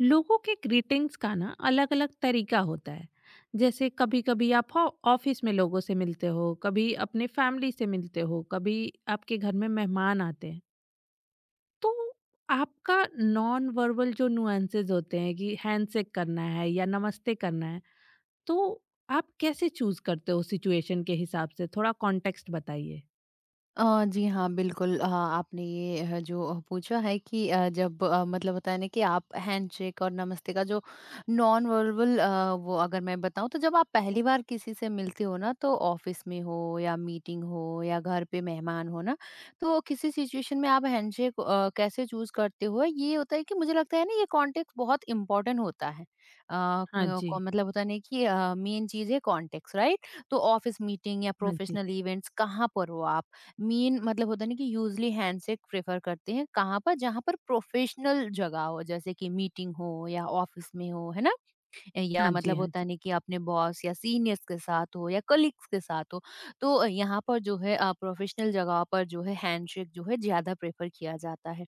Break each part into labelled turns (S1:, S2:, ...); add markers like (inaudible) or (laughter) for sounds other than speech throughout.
S1: लोगों के ग्रीटिंग्स का ना अलग अलग तरीका होता है। जैसे कभी कभी आप ऑफिस में लोगों से मिलते हो, कभी अपने फैमिली से मिलते हो, कभी आपके घर में मेहमान आते हैं। तो आपका नॉन वर्बल जो नुएंसेस होते हैं कि हैंडशेक करना है या नमस्ते करना है, तो आप कैसे चूज करते हो? सिचुएशन के हिसाब से थोड़ा कॉन्टेक्स्ट बताइए।
S2: जी हाँ, बिल्कुल, आपने ये जो पूछा है कि जब मतलब होता है ना कि आप हैंडशेक और नमस्ते का जो नॉन वर्बल, वो अगर मैं बताऊँ तो जब आप पहली बार किसी से मिलते हो ना, तो ऑफिस में हो या मीटिंग हो या घर पे मेहमान हो ना, तो किसी सिचुएशन में आप हैंडशेक कैसे चूज़ करते हो, ये होता है कि मुझे लगता है ना ये कॉन्टेक्स्ट बहुत इम्पोर्टेंट होता है। अ,
S1: हाँ
S2: क
S1: जी।
S2: को मतलब होता है ना कि मेन चीज़ है कॉन्टेक्स्ट, राइट? तो ऑफिस मीटिंग या
S1: हाँ जी।
S2: प्रोफेशनल इवेंट्स कहाँ पर हो आप? मेन मतलब होता है ना कि यूजली हैंडशेक प्रेफर करते हैं कहाँ पर, जहाँ पर प्रोफेशनल जगह हो, जैसे कि मीटिंग हो या ऑफिस में हो, है ना। या
S1: हाँ जी।
S2: मतलब
S1: हाँ
S2: होता
S1: जी।
S2: नहीं कि अपने बॉस या सीनियर्स के साथ हो या कलीग्स के साथ हो, तो यहाँ पर जो है प्रोफेशनल जगह पर जो है हैंडशेक जो है ज्यादा प्रेफर किया जाता है।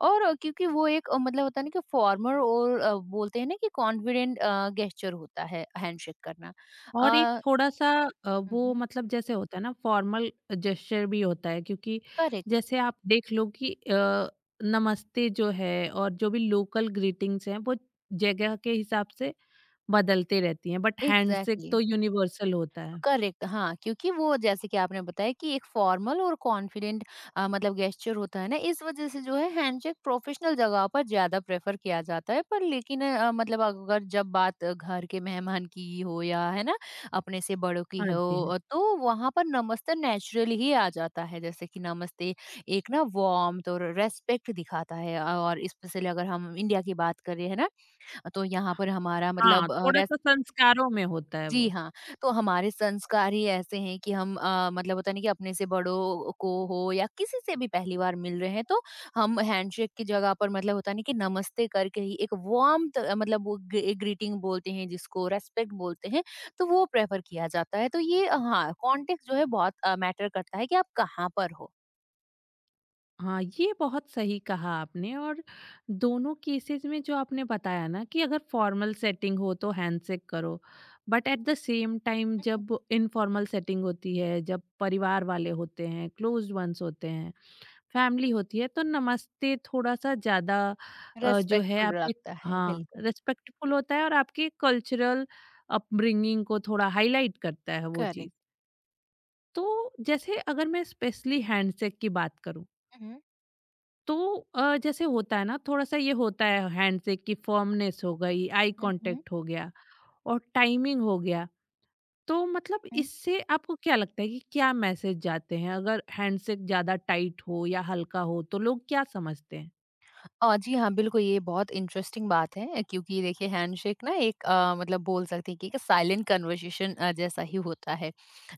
S2: और क्योंकि वो एक मतलब होता है ना कि फॉर्मर और बोलते हैं ना कि कॉन्फिडेंट गेस्चर होता है हैंडशेक करना।
S1: और एक थोड़ा-सा, वो मतलब जैसे होता है ना फॉर्मल जेस्चर भी होता है, क्योंकि
S2: करेक्ट।
S1: जैसे आप देख लो कि नमस्ते जो है और जो भी लोकल ग्रीटिंग्स हैं वो जगह के हिसाब से बदलते रहती हैं, बट हैंडशेक
S2: एग्जैक्टली।
S1: तो यूनिवर्सल होता है।
S2: करेक्ट। हाँ, क्योंकि वो जैसे कि आपने बताया कि एक फॉर्मल और कॉन्फिडेंट मतलब गेस्चर होता है ना, इस वजह से जो है हैंडशेक प्रोफेशनल जगह पर ज्यादा प्रेफर किया जाता है। पर लेकिन मतलब अगर जब बात घर के मेहमान की हो या है ना, अपने से बड़ों की
S1: हाँ
S2: हो,
S1: जी, हाँ। जी।
S2: तो वहां पर नमस्ते नेचुरली ही आ जाता है। जैसे कि नमस्ते एक ना वार्मथ और रेस्पेक्ट दिखाता है, और स्पेशली अगर हम इंडिया की बात करें, है ना, तो यहाँ पर हमारा
S1: हाँ,
S2: मतलब।
S1: थोड़ा-सा संस्कारों में होता है
S2: जी
S1: वो।
S2: हाँ, तो हमारे संस्कार ही ऐसे हैं कि हम मतलब होता है ना कि अपने से बड़ों को हो या किसी से भी पहली बार मिल रहे हैं, तो हम हैंडशेक की जगह पर मतलब होता है ना कि नमस्ते करके ही एक वार्म्थ, मतलब वो ग्रीटिंग बोलते हैं जिसको रेस्पेक्ट बोलते हैं, तो वो प्रेफर किया जाता है। तो ये हाँ, कॉन्टेक्स्ट जो है बहुत मैटर करता है कि आप कहाँ पर हो।
S1: हाँ, ये बहुत सही कहा आपने। और दोनों केसेस में जो आपने बताया ना कि अगर फॉर्मल सेटिंग हो तो हैंडशेक करो, but at the same time
S2: हुँ, हुँ।
S1: जब इनफॉर्मल सेटिंग होती है, जब परिवार वाले होते हैं, क्लोज्ड वंस होते हैं, फैमिली होती है, तो नमस्ते थोड़ा-सा ज़्यादा जो है
S2: रेस्पेक्टफुल
S1: आपके,
S2: रखता है
S1: हाँ,
S2: बिल्कुल।
S1: रिस्पेक्टफुल होता है और आपके कल्चरल अपब्रिंगिंग को थोड़ा हाईलाइट करता है वो चीज़।
S2: करेक्ट।
S1: तो जैसे अगर मैं स्पेशली हैंडशेक की बात करूँ,
S2: हुँ, हुँ।
S1: तो जैसे होता है ना थोड़ा सा, ये होता है हैंडशेक की फर्मनेस हो गई, आई
S2: हुँ,
S1: कांटेक्ट हो गया और टाइमिंग हो गया। तो मतलब
S2: हुँ।
S1: इससे आपको क्या लगता है कि क्या मैसेज जाते हैं अगर हैंडशेक ज्यादा टाइट हो या हल्का हो, तो लोग क्या समझते हैं?
S2: जी हाँ, बिल्कुल, ये बहुत इंटरेस्टिंग बात है, क्योंकि देखिए, हैंडशेक ना एक मतलब बोल सकते हैं कि एक साइलेंट कन्वर्सेशन जैसा ही होता है।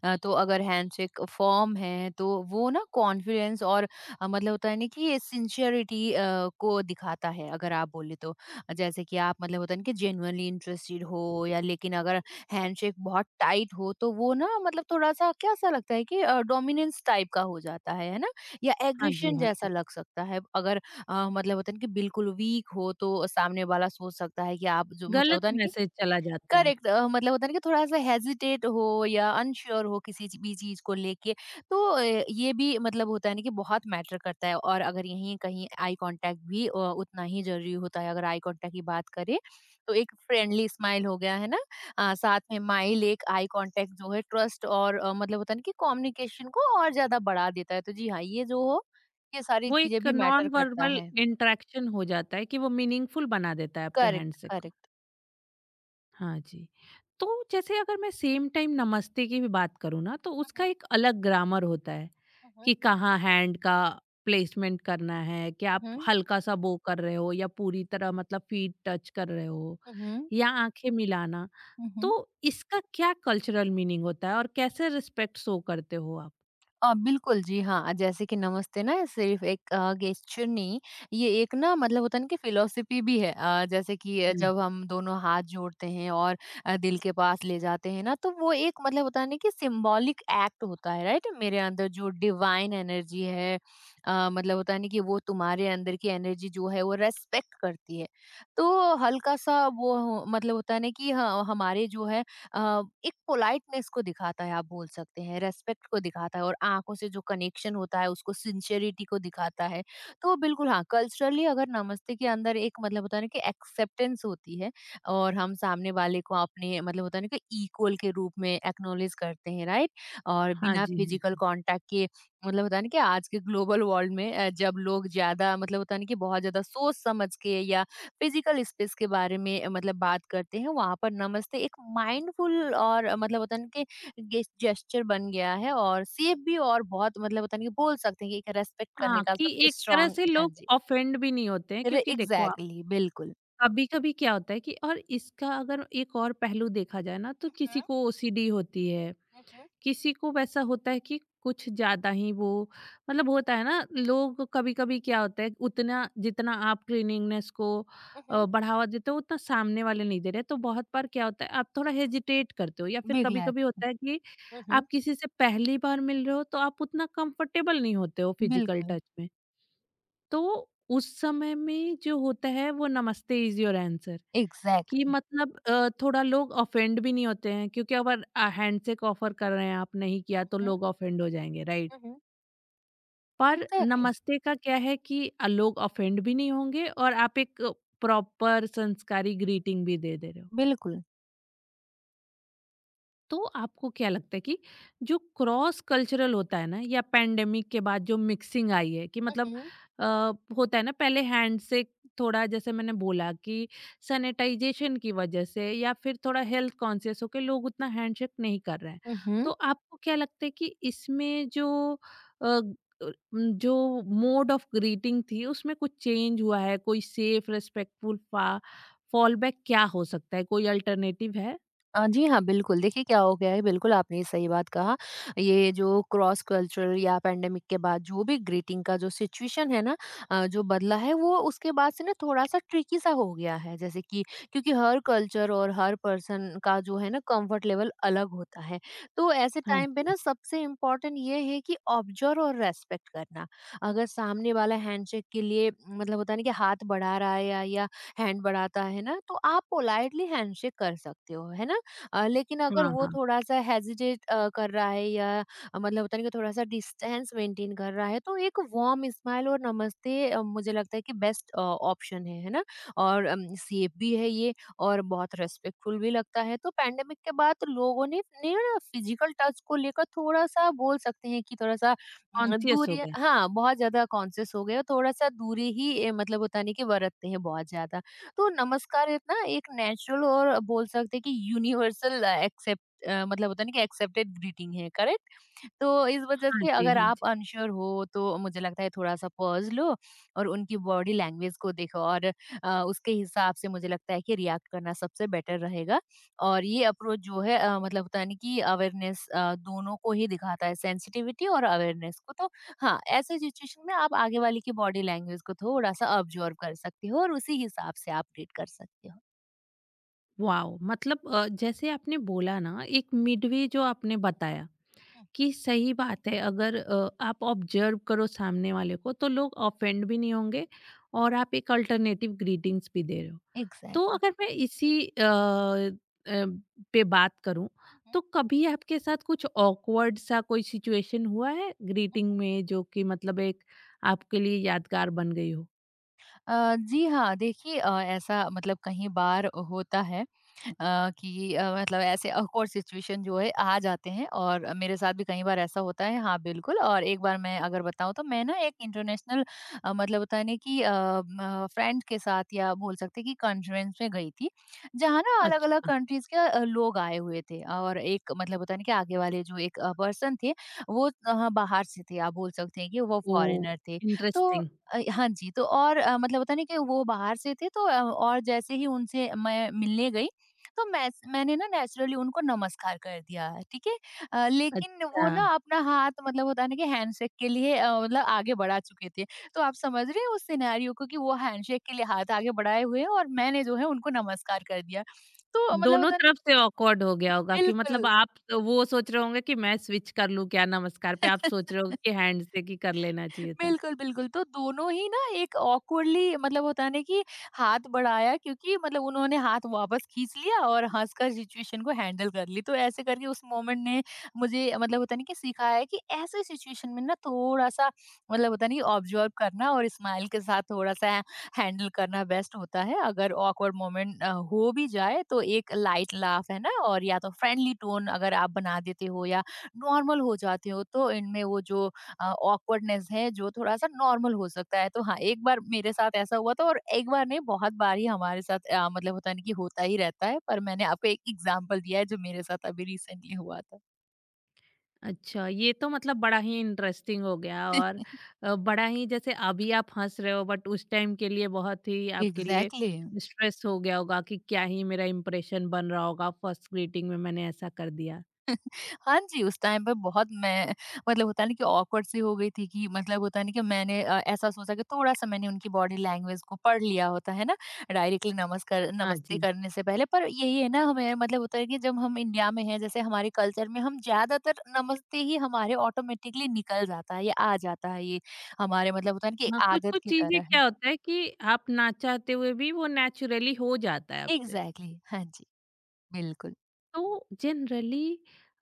S2: तो अगर हैंडशेक फॉर्म है तो वो ना कॉन्फिडेंस और मतलब होता है ना कि ये सिंसियरिटी को दिखाता है, अगर आप बोले तो। जैसे कि आप मतलब होता है ना कि जेन्युइनली इंटरेस्टेड हो, या लेकिन अगर हैंडशेक बहुत टाइट हो तो वो ना मतलब थोड़ा-सा कैसा लगता है कि डोमिनेंस टाइप का हो जाता है ना? या
S1: हाँ जी।
S2: एग्रीशन
S1: हाँ
S2: जैसा
S1: जी।
S2: लग सकता है। अगर मतलब होता है ना कि बिल्कुल वीक हो तो सामने वाला सोच सकता है कि आप जो मतलब
S1: गलत
S2: होता है ना कि
S1: मैसेज चला जाता है।
S2: करेक्ट, मतलब होता है ना कि थोड़ा सा हेजिटेट हो या अनश्योर हो किसी भी चीज को लेके, तो ये भी मतलब होता है ना कि बहुत मैटर करता है। और अगर यहीं कहीं आई कांटेक्ट भी उतना ही जरूरी होता है, अगर आई कांटेक्ट की बात करें तो एक फ्रेंडली स्माइल हो गया है ना, साथ में माइल एक आई कांटेक्ट जो है ट्रस्ट और मतलब होता है ना कि कम्युनिकेशन को और ज्यादा बढ़ा देता है, तो जी हाँ, ये जो हो, ये सारी
S1: वो
S2: चीजें
S1: एक
S2: भी मैटर
S1: नॉन
S2: करता
S1: वर्बल
S2: है।
S1: इंटरेक्शन हो जाता है कि वो मीनिंगफुल बना देता है आपके
S2: करेक्ट,
S1: हैंडशेक को।
S2: करेक्ट।
S1: हाँ जी। तो जैसे अगर मैं सेम टाइम नमस्ते की भी बात करूँ ना, तो उसका
S2: हुँ,
S1: एक अलग ग्रामर होता है
S2: हुँ, हुँ,
S1: कि कहाँ हैंड का प्लेसमेंट करना है, क्या आप
S2: हुँ,
S1: हल्का सा बो कर रहे हो या पूरी तरह मतलब फ़ीट टच कर रहे हो
S2: हुँ,
S1: या आँखें मिलाना।
S2: हुँ,
S1: तो
S2: हुँ।
S1: इसका क्या कल्चरल मीनिंग होता है और कैसे रिस्पेक्ट शो करते हो आप?
S2: बिल्कुल, जी हाँ, जैसे कि नमस्ते ना सिर्फ़ एक गेस्चर नहीं, ये एक ना मतलब होता है ना कि फ़िलॉसफ़ी भी है। जैसे कि
S1: हाँ
S2: जब
S1: जी।
S2: हम दोनों हाथ जोड़ते हैं और दिल के पास ले जाते हैं ना, तो वो एक मतलब होता है ना कि सिंबॉलिक एक्ट होता है, राइट? मेरे अंदर जो डिवाइन एनर्जी है, मतलब होता है ना कि वो तुम्हारे अंदर की एनर्जी जो है, वो रेस्पेक्ट करती है। तो हल्का-सा वो हो मतलब होता है ना कि ह हमारे जो है एक पोलाइटनेस को दिखाता है, आप बोल सकते हैं रेस्पेक्ट को दिखाता है, और आंखों से जो कनेक्शन होता है उसको सिंसियरिटी को दिखाता है। तो बिल्कुल हाँ, कल्चरली अगर नमस्ते के अंदर एक मतलब होता है ना कि एक्सेप्टेंस होती है, और हम सामने वाले को अपने मतलब होता है ना कि इक्वल के रूप में एक्नोलेज करते हैं, राइट। और
S1: हाँ
S2: बिना
S1: जी, हाँ
S2: फिजिकल
S1: जी।
S2: कांटेक्ट के मतलब होता है ना कि आज के ग्लोबल वर्ल्ड में, जब लोग ज्यादा मतलब होता है ना कि बहुत ज्यादा सोच समझ के या फिजिकल स्पेस के बारे में मतलब बात करते हैं, वहाँ पर नमस्ते एक माइंडफुल और मतलब होता है ना कि जेस्चर बन गया है, और सेफ भी, और बहुत मतलब होता है ना कि बोल सकते हैं कि एक रेस्पेक्ट करने
S1: हाँ,
S2: का
S1: कि
S2: सबसे
S1: एक तरह
S2: स्ट्रांग।
S1: से
S2: हाँ
S1: लोग
S2: जी।
S1: ऑफेंड भी नहीं होते हैं,
S2: एग्जैक्टली।
S1: क्योंकि देखो आप
S2: Exactly, बिल्कुल।
S1: कभी-कभी क्या होता है कि, और इसका अगर एक और पहलू देखा जाए ना, तो किसी को ओसीडी होती है।
S2: मम्,
S1: किसी को वैसा होता है कि कुछ ज्यादा ही वो मतलब होता है ना, लोग कभी कभी क्या होता है, उतना जितना आप क्लीनिंगनेस को
S2: मम्, मम्,
S1: बढ़ावा देते हो उतना सामने वाले नहीं दे रहे, तो बहुत बार क्या होता है आप थोड़ा हेजिटेट करते हो, या फिर कभी
S2: बिगलैक।
S1: कभी होता है कि
S2: मम्,
S1: आप किसी से पहली बार मिल रहे हो, तो आप उतना कंफर्टेबल नहीं होते हो फिजिकल
S2: बिल्कुल।
S1: टच में। तो उस समय में जो होता है, वो नमस्ते इज योर आंसर। कि
S2: एग्जैक्टली।
S1: मतलब थोड़ा लोग ऑफेंड भी नहीं होते हैं, क्योंकि अगर हैंडशेक ऑफर कर रहे हैं, आप नहीं किया, तो लोग ऑफेंड हो जाएंगे, राइट? पर
S2: एग्जैक्टली।
S1: नमस्ते का क्या है कि लोग ऑफेंड भी नहीं होंगे और आप एक प्रॉपर संस्कारी ग्रीटिंग भी दे दे रहे हो।
S2: बिल्कुल।
S1: तो आपको क्या लगता है कि जो क्रॉस कल्चरल होता है ना, या पैंडेमिक के बाद जो मिक्सिंग आई है कि मतलब,
S2: मम्,
S1: अ, होता है ना पहले हैंड से थोड़ा जैसे मैंने बोला कि सैनिटाइजेशन की वजह से या फिर थोड़ा हेल्थ कॉन्शियस होके लोग उतना हैंडशेक नहीं कर रहे हैं
S2: मम्।
S1: तो आपको क्या लगता है कि इसमें जो जो मोड ऑफ ग्रीटिंग थी उसमें कुछ चेंज हुआ है? कोई सेफ रेस्पेक्टफुल फॉल बैक क्या हो सकता है? कोई अल्टरनेटिव है?
S2: जी हाँ, बिल्कुल। देखिए क्या हो गया है, बिल्कुल आपने ये सही बात कहा। ये जो क्रॉस कल्चरल या पैंडेमिक के बाद जो भी ग्रीटिंग का जो सिचुएशन है ना, जो बदला है वो उसके बाद से ना थोड़ा-सा ट्रिकी सा हो गया है। जैसे कि क्योंकि हर कल्चर और हर पर्सन का जो है ना कम्फर्ट लेवल अलग होता है। तो ऐसे
S1: हाँ
S2: टाइम पे ना
S1: जी।
S2: सबसे इम्पोर्टेंट ये है कि ऑब्जर्व और रेस्पेक्ट करना। अगर सामने वाला हैंडशेक के लिए मतलब होता है ना कि हाथ बढ़ा रहा है हैंड बढ़ाता है ना, तो आप पोलाइटली हैंडशेक कर सकते हो, है ना? लेकिन अगर
S1: हाँ
S2: वो
S1: हाँ।
S2: थोड़ा-सा हेजिटेट कर रहा है या मतलब होता है ना कि थोड़ा-सा डिस्टेंस मेंटेन कर रहा है, तो एक वार्म स्माइल और नमस्ते मुझे लगता है कि बेस्ट ऑप्शन है ना? और सेफ भी है ये, और बहुत रिस्पेक्टफुल भी लगता है। तो पैंडेमिक के बाद लोगों ने ना फिजिकल टच को लेकर थोड़ा-सा बोल सकते हैं कि थोड़ा-सा
S1: कॉन्शियस हो
S2: दूरी,
S1: गए।
S2: हाँ, बहुत ज़्यादा कॉन्शियस हो गए और थोड़ा-सा दूरी ही मतलब होता नहीं कि बरतते हैं बहुत ज़्यादा। तो नमस्कार इतना एक नेचुरल और बोल सकते हैं कि यूनिवर्सल एक्सेप्ट, मतलब होता है ना कि एक्सेप्टेड ग्रीटिंग है, करेक्ट। तो इस वजह
S1: हाँ
S2: से
S1: जी,
S2: अगर
S1: हाँ जी।
S2: आप अनश्योर हो, तो मुझे लगता है थोड़ा सा पॉज लो और उनकी बॉडी लैंग्वेज को देखो, और उसके हिसाब से मुझे लगता है कि रिएक्ट करना सबसे बेटर रहेगा। और ये अप्रोच जो है मतलब होता है ना कि अवेयरनेस दोनों को ही दिखाता है, सेंसिटिविटी और अवेयरनेस को। तो हाँ, ऐसे सिचुएशन में आप आगे वाले की बॉडी लैंग्वेज को थोड़ा-सा ऑब्ज़र्व कर सकते हो और उसी हिसाब से आप ट्रीट कर सकते हो।
S1: वॉव! मतलब जैसे आपने बोला ना एक मिडवे, जो आपने बताया
S2: हुँ।
S1: कि सही बात है, अगर आप ऑब्जर्व करो सामने वाले को, तो लोग ऑफेंड भी नहीं होंगे और आप एक अल्टरनेटिव ग्रीटिंग्स भी दे रहे हो। तो
S2: एग्ज़ैक्टली।
S1: अगर मैं इसी पे बात करूँ,
S2: हुँ, हुँ।
S1: तो कभी आपके साथ कुछ ऑकवर्ड सा कोई सिचुएशन हुआ है ग्रीटिंग में, जो कि मतलब एक आपके लिए यादगार बन गई हो?
S2: जी हाँ, देखिए, ऐसा मतलब कहीं बार होता है। कि मतलब ऐसे awkward सिचुएशन जो है आ जाते हैं, और मेरे साथ भी कई बार ऐसा होता है, हाँ, बिल्कुल। और एक बार मैं अगर बताऊँ तो मैं ना एक इंटरनेशनल मतलब होता है ना कि अ, म फ्रेंड के साथ या बोल सकते हैं कि कॉन्फ्रेंस में गई थी, जहाँ ना अलग-अलग
S1: अच्छा।
S2: कंट्रीज़ के लोग आए हुए थे, और एक मतलब होता है ना कि आगे वाले जो एक पर्सन थे, वो बाहर से थे, आप बोल सकते हैं कि वो
S1: ओह!
S2: फॉरेनर थे। तो
S1: इंटरेस्टिंग।
S2: हाँ जी, तो और मतलब होता है ना कि वो बाहर से थे, तो और जैसे ही उनसे मैं मिलने गई, तो मैंने ना नेचुरली उनको नमस्कार कर दिया, ठीक है। लेकिन वो
S1: अच्छा,
S2: ना अपना हाथ मतलब होता है ना कि हैंडशेक के लिए मतलब आगे बढ़ा चुके थे। तो आप समझ रहे हैं उस सिनेरियो को, कि वो हैंडशेक के लिए हाथ आगे बढ़ाए हुए हैं और मैंने जो है उनको नमस्कार कर दिया। तो मतलब
S1: दोनों
S2: होता है ना,
S1: तरफ से ऑकवर्ड हो गया होगा कि मतलब,
S2: बिल्कुल।
S1: आप तो वो सोच रहे होंगे कि मैं स्विच कर लूँ क्या नमस्कार पे, आप
S2: (laughs)
S1: सोच रहे हो कि हैंड से कि कर लेना चाहिए था।
S2: बिल्कुल, बिल्कुल। तो दोनों ही ना एक ऑकवर्डली मतलब होता है ना कि हाथ बढ़ाया, क्योंकि मतलब उन्होंने हाथ वापस खींच लिया और हँसकर सिचुएशन को हैंडल कर ली। तो ऐसे करके उस मोमेंट ने मुझे मतलब होता है ना कि सिखाया है कि ऐसे सिचुएशन में ना थोड़ा-सा मतलब होता है ना कि ऑब्ज़र्व करना और स्माइल के साथ थोड़ा-सा हैंडल करना बेस्ट होता है। अगर ऑकवर्ड मोमेंट हो भी जाए, तो एक लाइट लाफ है ना, और या तो फ्रेंडली टोन अगर आप बना देते हो या नॉर्मल हो जाते हो, तो इनमें वो जो ऑकवर्डनेस है जो थोड़ा-सा नॉर्मल हो सकता है। तो हाँ, एक बार मेरे साथ ऐसा हुआ था, और एक बार नहीं, बहुत बार ही हमारे साथ मतलब होता है ना कि होता ही रहता है, पर मैंने आपको एक एग्ज़ाम्पल दिया है जो मेरे साथ अभी रिसेंटली हुआ था।
S1: अच्छा, ये तो मतलब बड़ा ही इंटरेस्टिंग हो गया। और बड़ा ही, जैसे अभी आप हँस रहे हो, बट उस टाइम के लिए बहुत ही आपके लिए
S2: एग्ज़ैक्टली।
S1: स्ट्रेस हो गया होगा कि क्या ही मेरा इंप्रेशन बन रहा होगा, फर्स्ट ग्रीटिंग में मैंने ऐसा कर दिया।
S2: हाँ जी, उस टाइम पे बहुत मैं मतलब होता है ना कि ऑकवर्ड सी हो गई थी कि मतलब होता है ना कि मैंने ऐसा सोचा कि थोड़ा-सा मैंने उनकी बॉडी लैंग्वेज को पढ़ लिया होता है ना, डायरेक्टली नमस्कार
S1: हाँ
S2: नमस्ते
S1: जी।
S2: करने से पहले। पर यही है ना हमें मतलब होता है कि जब हम इंडिया में हैं, जैसे हमारे कल्चर में हम ज़्यादातर नमस्ते ही हमारे ऑटोमेटिकली निकल जाता है या आ जाता है, ये हमारे मतलब होता है ना कि
S1: हाँ,
S2: आदत
S1: कुछ-कुछ
S2: की
S1: चीज़ें
S2: तरह है।
S1: क्या होता है कि आप ना चाहते हुए भी वो नेचुरली हो जाता है आपसे।
S2: एग्ज़ैक्टली, हाँ जी, बिल्कुल।
S1: तो जनरली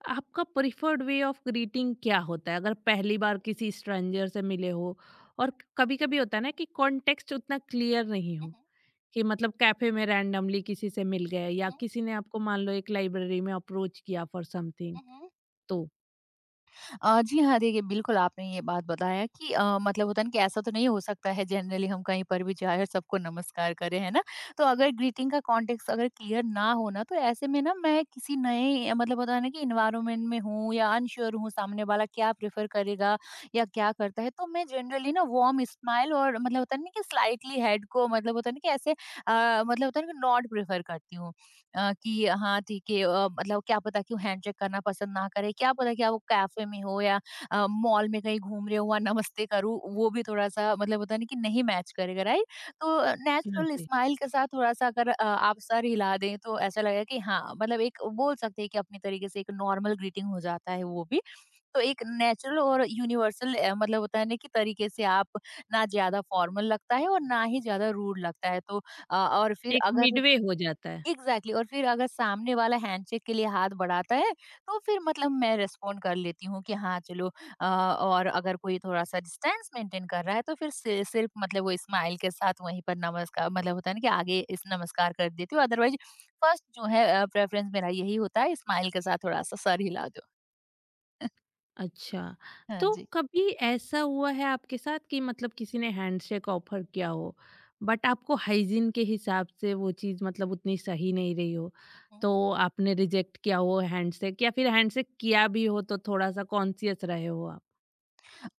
S1: आपका प्रिफर्ड वे ऑफ ग्रीटिंग क्या होता है अगर पहली बार किसी स्ट्रेंजर से मिले हो, और कभी कभी होता है ना कि कॉन्टेक्स्ट उतना क्लियर नहीं
S2: हुँ,
S1: हो,
S2: हुँ,
S1: कि मतलब कैफे में रैंडमली किसी से मिल गए, या
S2: हुँ,
S1: किसी ने आपको मान लो एक लाइब्रेरी में अप्रोच किया फॉर समथिंग,
S2: हुँ, हुँ।
S1: तो?
S2: जी हाँ, देखिए बिल्कुल आपने ये बात बताया कि मतलब होता है ना कि ऐसा तो नहीं हो सकता है जनरली हम कहीं पर भी जाए और सबको नमस्कार करें, है ना? तो अगर ग्रीटिंग का कॉन्टेक्स्ट अगर क्लियर ना हो ना, तो ऐसे में ना मैं किसी नए मतलब होता है ना कि एनवायरनमेंट में हूँ या अनश्योर हूँ सामने वाला क्या प्रेफ़र करेगा या क्या करता है, तो मैं जनरली ना वार्म स्माइल और मतलब होता है ना कि स्लाइटली हेड को मतलब होता है ना कि ऐसे मतलब होता है ना कि नॉड प्रेफ़र करती हूँ। कि हाँ ठीक है मतलब क्या पता कि वो हैंडशेक करना पसंद ना करे, क्या पता कि आप कैफ़े में हो या मॉल में कहीं घूम रहे हो, वहाँ नमस्ते करूँ, वो भी थोड़ा-सा मतलब होता है ना कि नहीं मैच करेगा, राइट? तो
S1: हाँ
S2: नेचुरल
S1: जी।
S2: स्माइल के साथ थोड़ा-सा अगर आप सर हिला दें, तो ऐसा लगेगा कि हाँ, मतलब एक बोल सकते हैं कि अपने तरीके से एक नॉर्मल ग्रीटिंग हो जाता है वो भी। तो एक नेचुरल और यूनिवर्सल मतलब होता है ना कि तरीके से आप ना ज़्यादा फॉर्मल लगता है और ना ही ज़्यादा रूड लगता है। तो और फिर
S1: एक
S2: अगर
S1: मिडवे हो जाता है।
S2: Exactly exactly. और फिर अगर सामने वाला हैंडशेक के लिए हाथ बढ़ाता है तो फिर मतलब मैं रिस्पॉन्ड कर लेती हूँ कि हाँ चलो। और अगर कोई थोड़ा सा डिस्टेंस मेंटेन कर रहा है तो फिर सिर्फ मतलब वो स्माइल के साथ वहीं पर नमस्कार मतलब होता है ना कि आगे इस नमस्कार कर देती हूँ अदरवाइज फर्स्ट जो है प्रेफरेंस मेरा यही होता है स्माइल के साथ थोड़ा सा सर हिला दो।
S1: अच्छा,
S2: हाँ
S1: तो
S2: जी।
S1: कभी ऐसा हुआ है आपके साथ कि मतलब किसी ने हैंडशेक ऑफ़र किया हो, बट आपको हाइजीन के हिसाब से वो चीज़ मतलब उतनी सही नहीं रही हो,
S2: हम्म।
S1: तो आपने रिजेक्ट किया हो हैंडशेक, या फिर हैंडशेक किया भी हो तो थोड़ा-सा कॉन्शियस रहे हो आप?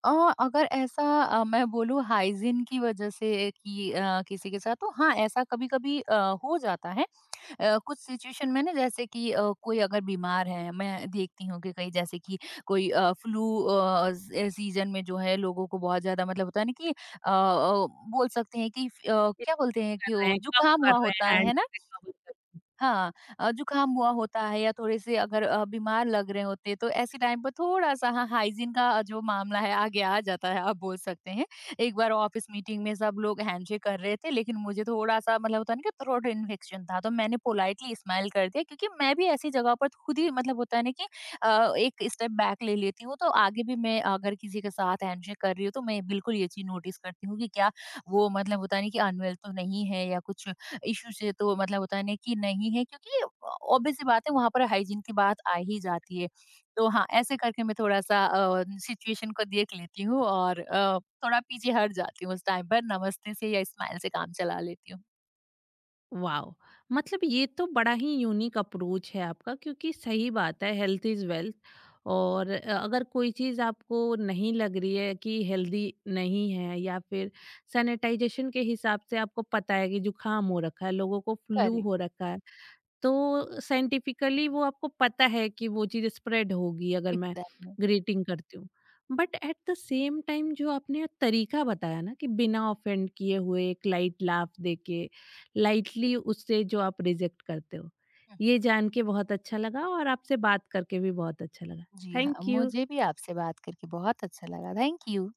S2: और अगर ऐसा मैं बोलूँ हाइजीन की वजह से कि किसी के साथ तो हाँ ऐसा कभी कभी हो जाता है कुछ सिचुएशन में ना जैसे कि कोई अगर बीमार है मैं देखती हूँ कि कहीं जैसे कि कोई फ्लू सीजन में जो है लोगों को बहुत ज्यादा मतलब होता है ना कि बोल सकते हैं कि
S1: ये
S2: क्या बोलते हैं
S1: कर
S2: कि
S1: रहे
S2: वो
S1: हैं, कब
S2: जुकाम
S1: कर
S2: हुआ
S1: रहे
S2: होता
S1: हैं
S2: है ना।
S1: हैंडशेक, कब?
S2: हाँ, जुकाम हुआ होता है या थोड़े से अगर बीमार लग रहे होते हैं, तो ऐसे टाइम पर थोड़ा-सा हाँ, हाइजीन का जो मामला है आगे आ जाता है, आप बोल सकते हैं। एक बार ऑफ़िस मीटिंग में सब लोग हैंडशेक कर रहे थे, लेकिन मुझे थोड़ा-सा मतलब होता है ना कि थ्रोट इन्फेक्शन था, तो मैंने पोलाइटली स्माइल कर दिया क्योंकि मैं भी ऐसी जगह पर खुद ही मतलब होता है ना कि एक स्टेप बैक ले लेती हूँ, तो आगे भी मैं अगर किसी के साथ हैंडशेक कर रही हूँ, तो मैं बिल्कुल ये चीज़ नोटिस करती हूँ कि क्या वो मतलब होता है ना कि अनवेल तो नहीं है या कुछ इश्यू से तो मतलब होता है ना कि नहीं है क्योंकि ऑब्वियस सी बात है वहाँ पर हाइजीन की बात आ ही जाती है। तो हाँ, ऐसे करके मैं थोड़ा-सा सिचुएशन को देख लेती हूँ और थोड़ा पीछे हट जाती हूँ उस टाइम पर नमस्ते से या स्माइल से काम चला लेती हूँ।
S1: वाओ! मतलब ये तो बड़ा ही यूनिक अप्रोच है आपका, क्योंकि सही बात है, हेल्थ इज़ वेल्थ। और अगर कोई चीज़ आपको नहीं लग रही है कि हेल्दी नहीं है, या फिर सैनिटाइजेशन के हिसाब से आपको पता है कि जुकाम हो रखा है, लोगों को फ्लू
S2: करेक्ट,
S1: हो रखा है, तो साइंटिफिकली वो आपको पता है कि वो चीज़ स्प्रेड होगी अगर मैं
S2: एग्ज़ैक्टली।
S1: ग्रीटिंग करती हूँ। But at the same time जो आपने तरीका बताया ना कि बिना ऑफेंड किए हुए एक लाइट लाफ देके लाइटली उससे जो आप रिजेक्ट करते हो,
S2: हुँ।
S1: ये जान के बहुत अच्छा लगा, और आपसे बात करके भी बहुत अच्छा लगा।
S2: जी हाँ,
S1: थैंक यू।
S2: मुझे भी आपसे बात करके बहुत अच्छा लगा। Thank you.